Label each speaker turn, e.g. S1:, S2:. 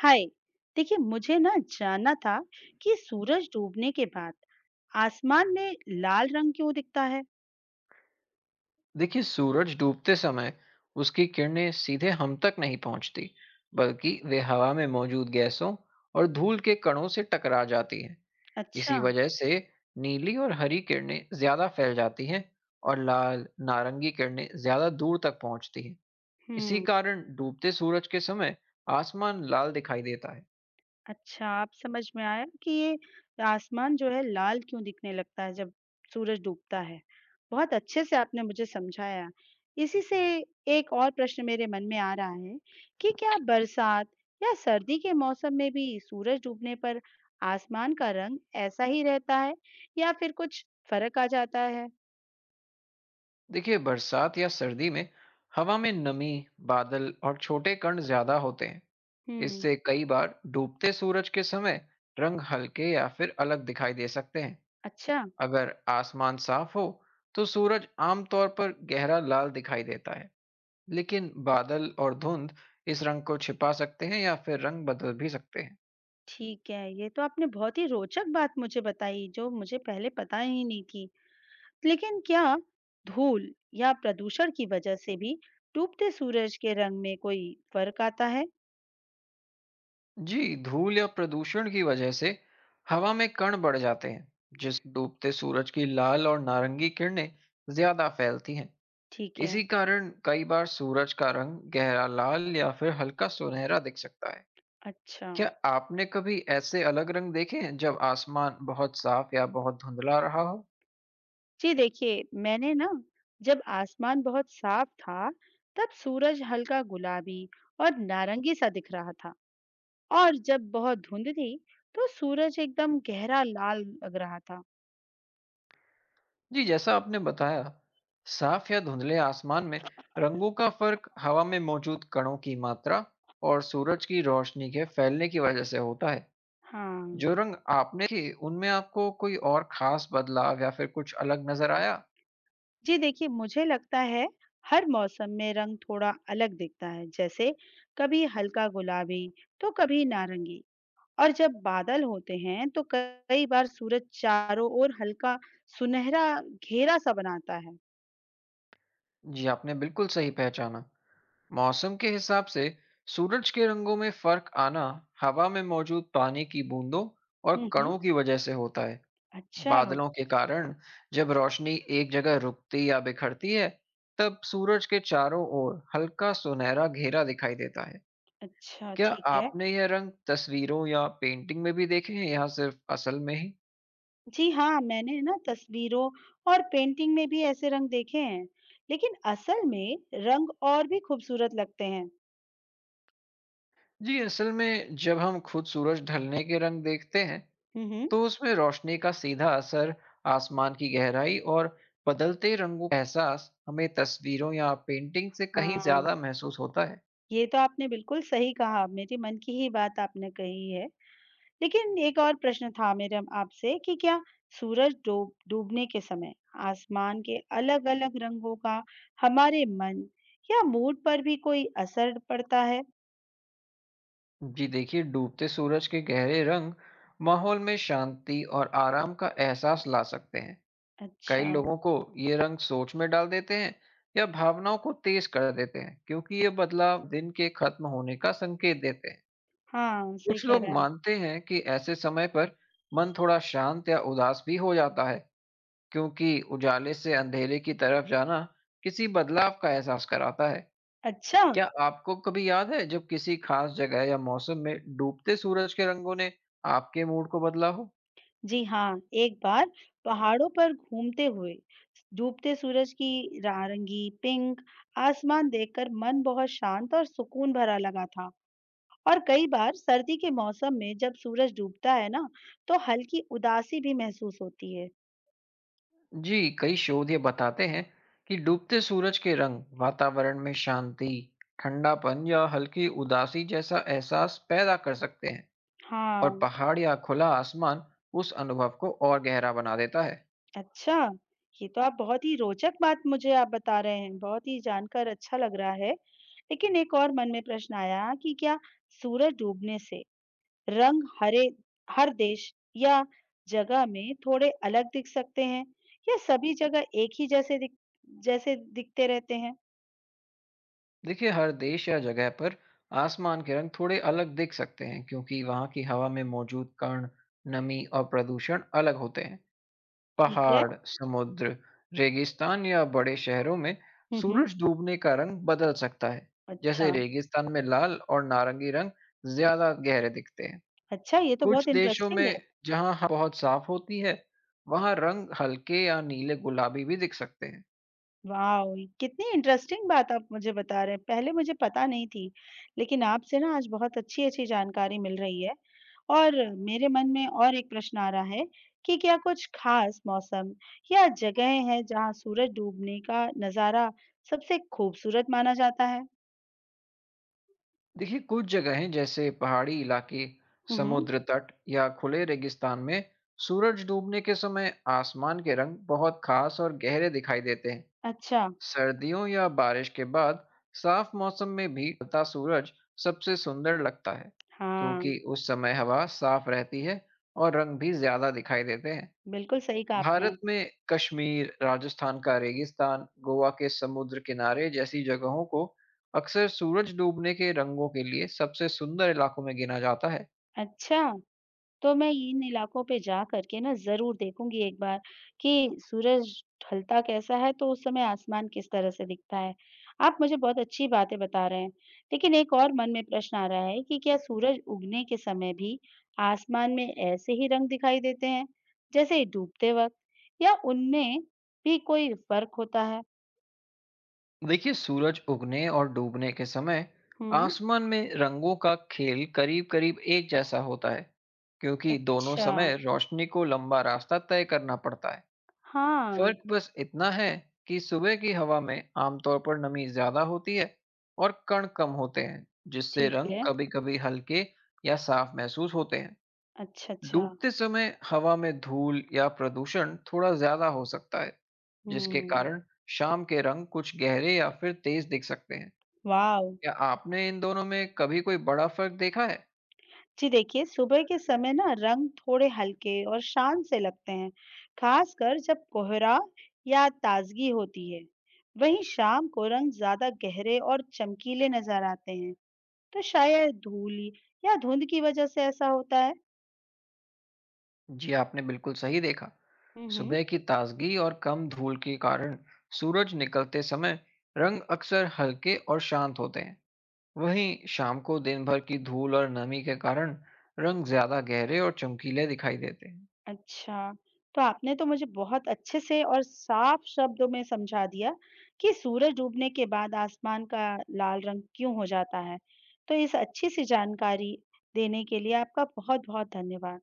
S1: हाय। देखिए मुझे ना जानना था कि सूरज डूबने के बाद आसमान में लाल रंग क्यों दिखता है।
S2: देखिए, सूरज डूबते समय उसकी किरणें सीधे हम तक नहीं पहुंचती, बल्कि वे हवा में मौजूद गैसों और धूल के कणों से टकरा जाती हैं।
S1: अच्छा।
S2: इसी वजह से नीली और हरी किरणें ज्यादा फैल जाती हैं और लाल नारंगी किरणें ज्यादा दूर तक पहुंचती हैं। इसी
S1: हम्म।
S2: कारण डूबते सूरज के समय आसमान लाल दिखाई देता है।
S1: अच्छा, आप समझ में आया कि ये आसमान जो है लाल क्यों दिखने लगता है जब सूरज डूबता है। बहुत अच्छे से आपने मुझे समझाया। इसी से एक और प्रश्न मेरे मन में आ रहा है कि क्या बरसात या सर्दी के मौसम में भी सूरज डूबने पर आसमान का रंग ऐसा ही रहता है या फिर कुछ फर्क आ जाता है।
S2: देखिए, बरसात या सर्दी में हवा में नमी, बादल और छोटे कण ज्यादा होते हैं।
S1: हुँ।
S2: इससे कई बार डूबते सूरज के समय रंग हल्के या फिर अलग दिखाई दे सकते हैं।
S1: अच्छा।
S2: अगर आसमान साफ हो तो सूरज आमतौर पर गहरा लाल दिखाई देता है, लेकिन बादल और धुंध इस रंग को छिपा सकते हैं या फिर रंग बदल भी सकते हैं।
S1: ठीक है। ये तो आपने बहुत ही रोचक बात मुझे बताई जो मुझे पहले पता ही नहीं थी। लेकिन क्या धूल या प्रदूषण की वजह से भी डूबते सूरज के रंग में कोई फ़र्क आता है?
S2: जी, धूल या प्रदूषण की वजह से हवा में कण बढ़ जाते हैं, जिस डूबते सूरज की लाल और नारंगी किरणें ज्यादा फैलती हैं।
S1: ठीक है।
S2: इसी कारण कई बार सूरज का रंग गहरा लाल या फिर हल्का सुनहरा दिख सकता है।
S1: अच्छा।
S2: क्या आपने कभी ऐसे अलग रंग देखे हैं जब आसमान बहुत साफ या बहुत धुंधला रहा हो?
S1: जी देखिए, मैंने ना जब आसमान बहुत साफ था, तब सूरज हल्का गुलाबी और नारंगी सा दिख रहा था और जब बहुत धुंध थी, तो सूरज एकदम गहरा लाल लग रहा था।
S2: जी, जैसा आपने बताया, साफ या धुंधले आसमान में रंगों का फर्क हवा में मौजूद कणों की मात्रा और सूरज की रोशनी के फैलने की वजह से होता है।
S1: हाँ।
S2: जो रंग आपने देखे, उनमें आपको कोई और खास बदलाव या फिर कुछ अलग नजर आया?
S1: जी देखिए, मुझे लगता है हर मौसम में रंग थोड़ा अलग दिखता है। जैसे कभी हल्का गुलाबी तो कभी नारंगी और जब बादल होते हैं तो कई बार सूरज चारों ओर हल्का सुनहरा घेरा सा बनाता है।
S2: जी, आपने बिल्कुल सही पहचाना। मौसम के हिसाब से सूरज के रंगों में फर्क आना हवा में मौजूद पानी की बूंदों और
S1: हुँ, हुँ।
S2: कणों की वजह से होता है।
S1: अच्छा,
S2: बादलों के कारण जब रोशनी एक जगह रुकती या बिखरती है, तब सूरज के चारों ओर हल्का सुनहरा घेरा दिखाई देता है।
S1: अच्छा
S2: क्या
S1: ठीक है।
S2: आपने यह रंग तस्वीरों या पेंटिंग में भी देखे हैं या सिर्फ असल में ही?
S1: जी हाँ, मैंने ना तस्वीरों और पेंटिंग में भी ऐसे रंग देखे हैं। लेकिन असल में रंग और भी खूबसूरत लगते हैं।
S2: जी, असल में जब हम खुद सूरज ढलने के रंग देखते हैं,
S1: हुँ, हुँ।
S2: तो उसमें रोशनी का सीधा असर, आसमान की गहराई और बदलते रंगों का एहसास हमें तस्वीरों या पेंटिंग से कहीं
S1: हाँ।
S2: ज्यादा महसूस होता है।
S1: ये तो आपने बिल्कुल सही कहा, मेरे मन की ही बात आपने कही है। लेकिन एक और प्रश्न था मेरा आपसे कि क्या सूरज डूबने के समय आसमान के अलग-अलग रंगों का हमारे मन या मूड पर भी कोई असर पड़ता है?
S2: जी देखिए, डूबते सूरज के गहरे रंग माहौल में शांति और आराम का एहसास ला सकते हैं।
S1: अच्छा।
S2: कई लोगों को ये रंग सोच में डाल देते हैं या भावनाओं को तेज कर देते हैं, क्योंकि ये बदलाव दिन के खत्म होने का संकेत देते हैं।
S1: हाँ, सही
S2: कुछ
S1: कह
S2: लोग
S1: रहे हैं आप।
S2: मानते हैं कि ऐसे समय पर मन थोड़ा शांत या उदास भी हो जाता है, क्योंकि उजाले से अंधेरे की तरफ जाना किसी बदलाव का एहसास कराता है।
S1: अच्छा।
S2: क्या आपको कभी याद है जब किसी खास जगह या मौसम में डूबते सूरज के रंगों ने आपके मूड को बदला हो?
S1: जी हाँ, एक बार पहाड़ों पर घूमते हुए डूबते सूरज की नारंगी, पिंक आसमान देखकर मन बहुत शांत और सुकून भरा लगा था। और कई बार सर्दी के मौसम में जब सूरज डूबता है ना, तो हल्की उदासी भी महसूस होती है।
S2: जी, कई शोध ये बताते हैं कि डूबते सूरज के रंग वातावरण में शांति, ठंडापन या हल्की उदासी जैसा एहसास पैदा कर सकते हैं,
S1: हाँ।
S2: और पहाड़ या खुला आसमान उस अनुभव को और गहरा बना देता है।
S1: अच्छा। ये तो आप बहुत ही रोचक बात मुझे आप बता रहे हैं, बहुत ही जानकर अच्छा लग रहा है। लेकिन एक और मन में प्रश्न आया कि क्या सूरज डूबने से रंग हरे हर देश या जगह में थोड़े अलग दिख सकते हैं या सभी जगह एक ही जैसे दिखते रहते हैं?
S2: देखिए, हर देश या जगह पर आसमान के रंग थोड़े अलग दिख सकते हैं, क्योंकि वहाँ की हवा में मौजूद कण, नमी और प्रदूषण अलग होते हैं।
S1: ठीक है।
S2: पहाड़, समुद्र, रेगिस्तान या बड़े शहरों में
S1: हुँ, हुँ।
S2: सूरज डूबने का रंग बदल सकता है। जैसे
S1: अच्छा।
S2: रेगिस्तान में लाल और नारंगी रंग ज्यादा गहरे दिखते हैं।
S1: अच्छा, ये तो
S2: कुछ
S1: बहुत
S2: देशों में
S1: इंटरेस्टिंग है।
S2: जहाँ हवा बहुत साफ होती है, वहाँ रंग हल्के या नीले गुलाबी भी दिख सकते हैं।
S1: वाओ! ये कितनी इंटरेस्टिंग बात आप मुझे बता रहे हैं। पहले मुझे पता नहीं थी, लेकिन आपसे ना आज बहुत अच्छी-अच्छी जानकारी मिल रही है। और मेरे मन में और एक प्रश्न आ रहा है कि क्या कुछ खास मौसम या जगहें हैं जहाँ सूरज डूबने का नज़ारा सबसे खूबसूरत माना जाता है?
S2: देखिए, कुछ जगहें जैसे पहाड़ी इलाके,
S1: हुँ, हुँ।
S2: समुद्र तट या खुले रेगिस्तान में सूरज डूबने के समय आसमान के रंग बहुत खास और गहरे दिखाई देते हैं।
S1: अच्छा।
S2: सर्दियों या बारिश के बाद साफ मौसम में भी ढलता सूरज सबसे सुंदर लगता है,
S1: हाँ,
S2: क्योंकि उस समय हवा साफ रहती है और रंग भी ज्यादा दिखाई देते हैं।
S1: बिल्कुल सही कहा आपने।
S2: भारत में कश्मीर, राजस्थान का रेगिस्तान, गोवा के समुद्र किनारे जैसी जगहों को अक्सर सूरज डूबने के रंगों के लिए सबसे सुंदर इलाकों में गिना जाता है।
S1: अच्छा। तो मैं इन इलाकों पे जा कर के ना ज़रूर देखूँगी एक बार कि सूरज ढलता कैसा है, तो उस समय आसमान किस तरह से दिखता है। आप मुझे बहुत अच्छी बातें बता रहे हैं, लेकिन एक और मन में प्रश्न आ रहा है कि क्या सूरज उगने के समय भी आसमान में ऐसे ही रंग दिखाई देते हैं, जैसे डूबते वक़्त या उनमें भी कोई फ़र्क होता है?
S2: देखिए, सूरज उगने और डूबने के समय
S1: हुँ।
S2: आसमान में रंगों का खेल करीब-करीब एक जैसा होता है, क्योंकि दोनों
S1: अच्छा।
S2: समय रोशनी को लंबा रास्ता तय करना पड़ता है।
S1: हाँ।
S2: फर्क बस इतना है कि सुबह की हवा में आमतौर पर नमी ज्यादा होती है और कण कम होते हैं, जिससे
S1: ठीक
S2: रंग
S1: है।
S2: कभी-कभी हल्के या साफ महसूस होते हैं।
S1: अच्छा, अच्छा।
S2: डूबते समय हवा में धूल या प्रदूषण थोड़ा ज्यादा हो सकता है, जिसके
S1: हुँ।
S2: कारण शाम के रंग कुछ गहरे या फिर तेज दिख सकते हैं।
S1: वाव!
S2: क्या आपने इन दोनों में कभी कोई बड़ा फर्क देखा है?
S1: जी देखिए, सुबह के समय ना रंग थोड़े हल्के और शांत से लगते हैं, खासकर जब कोहरा या ताजगी होती है। वहीं शाम को रंग ज्यादा गहरे और चमकीले नजर आते हैं, तो शायद धूल या धुंध की वजह से ऐसा होता है।
S2: जी, आपने बिल्कुल सही देखा।
S1: हम्म।
S2: सुबह की ताजगी और कम धूल के कारण सूरज निकलते समय रंग अक्सर हल्के और शांत होते हैं। वहीं शाम को दिन भर की धूल और नमी के कारण रंग ज्यादा गहरे और चमकीले दिखाई देते हैं।
S1: अच्छा, तो आपने तो मुझे बहुत अच्छे से और साफ शब्दों में समझा दिया कि सूरज डूबने के बाद आसमान का लाल रंग क्यों हो जाता है। तो इस अच्छी सी जानकारी देने के लिए आपका बहुत-बहुत धन्यवाद।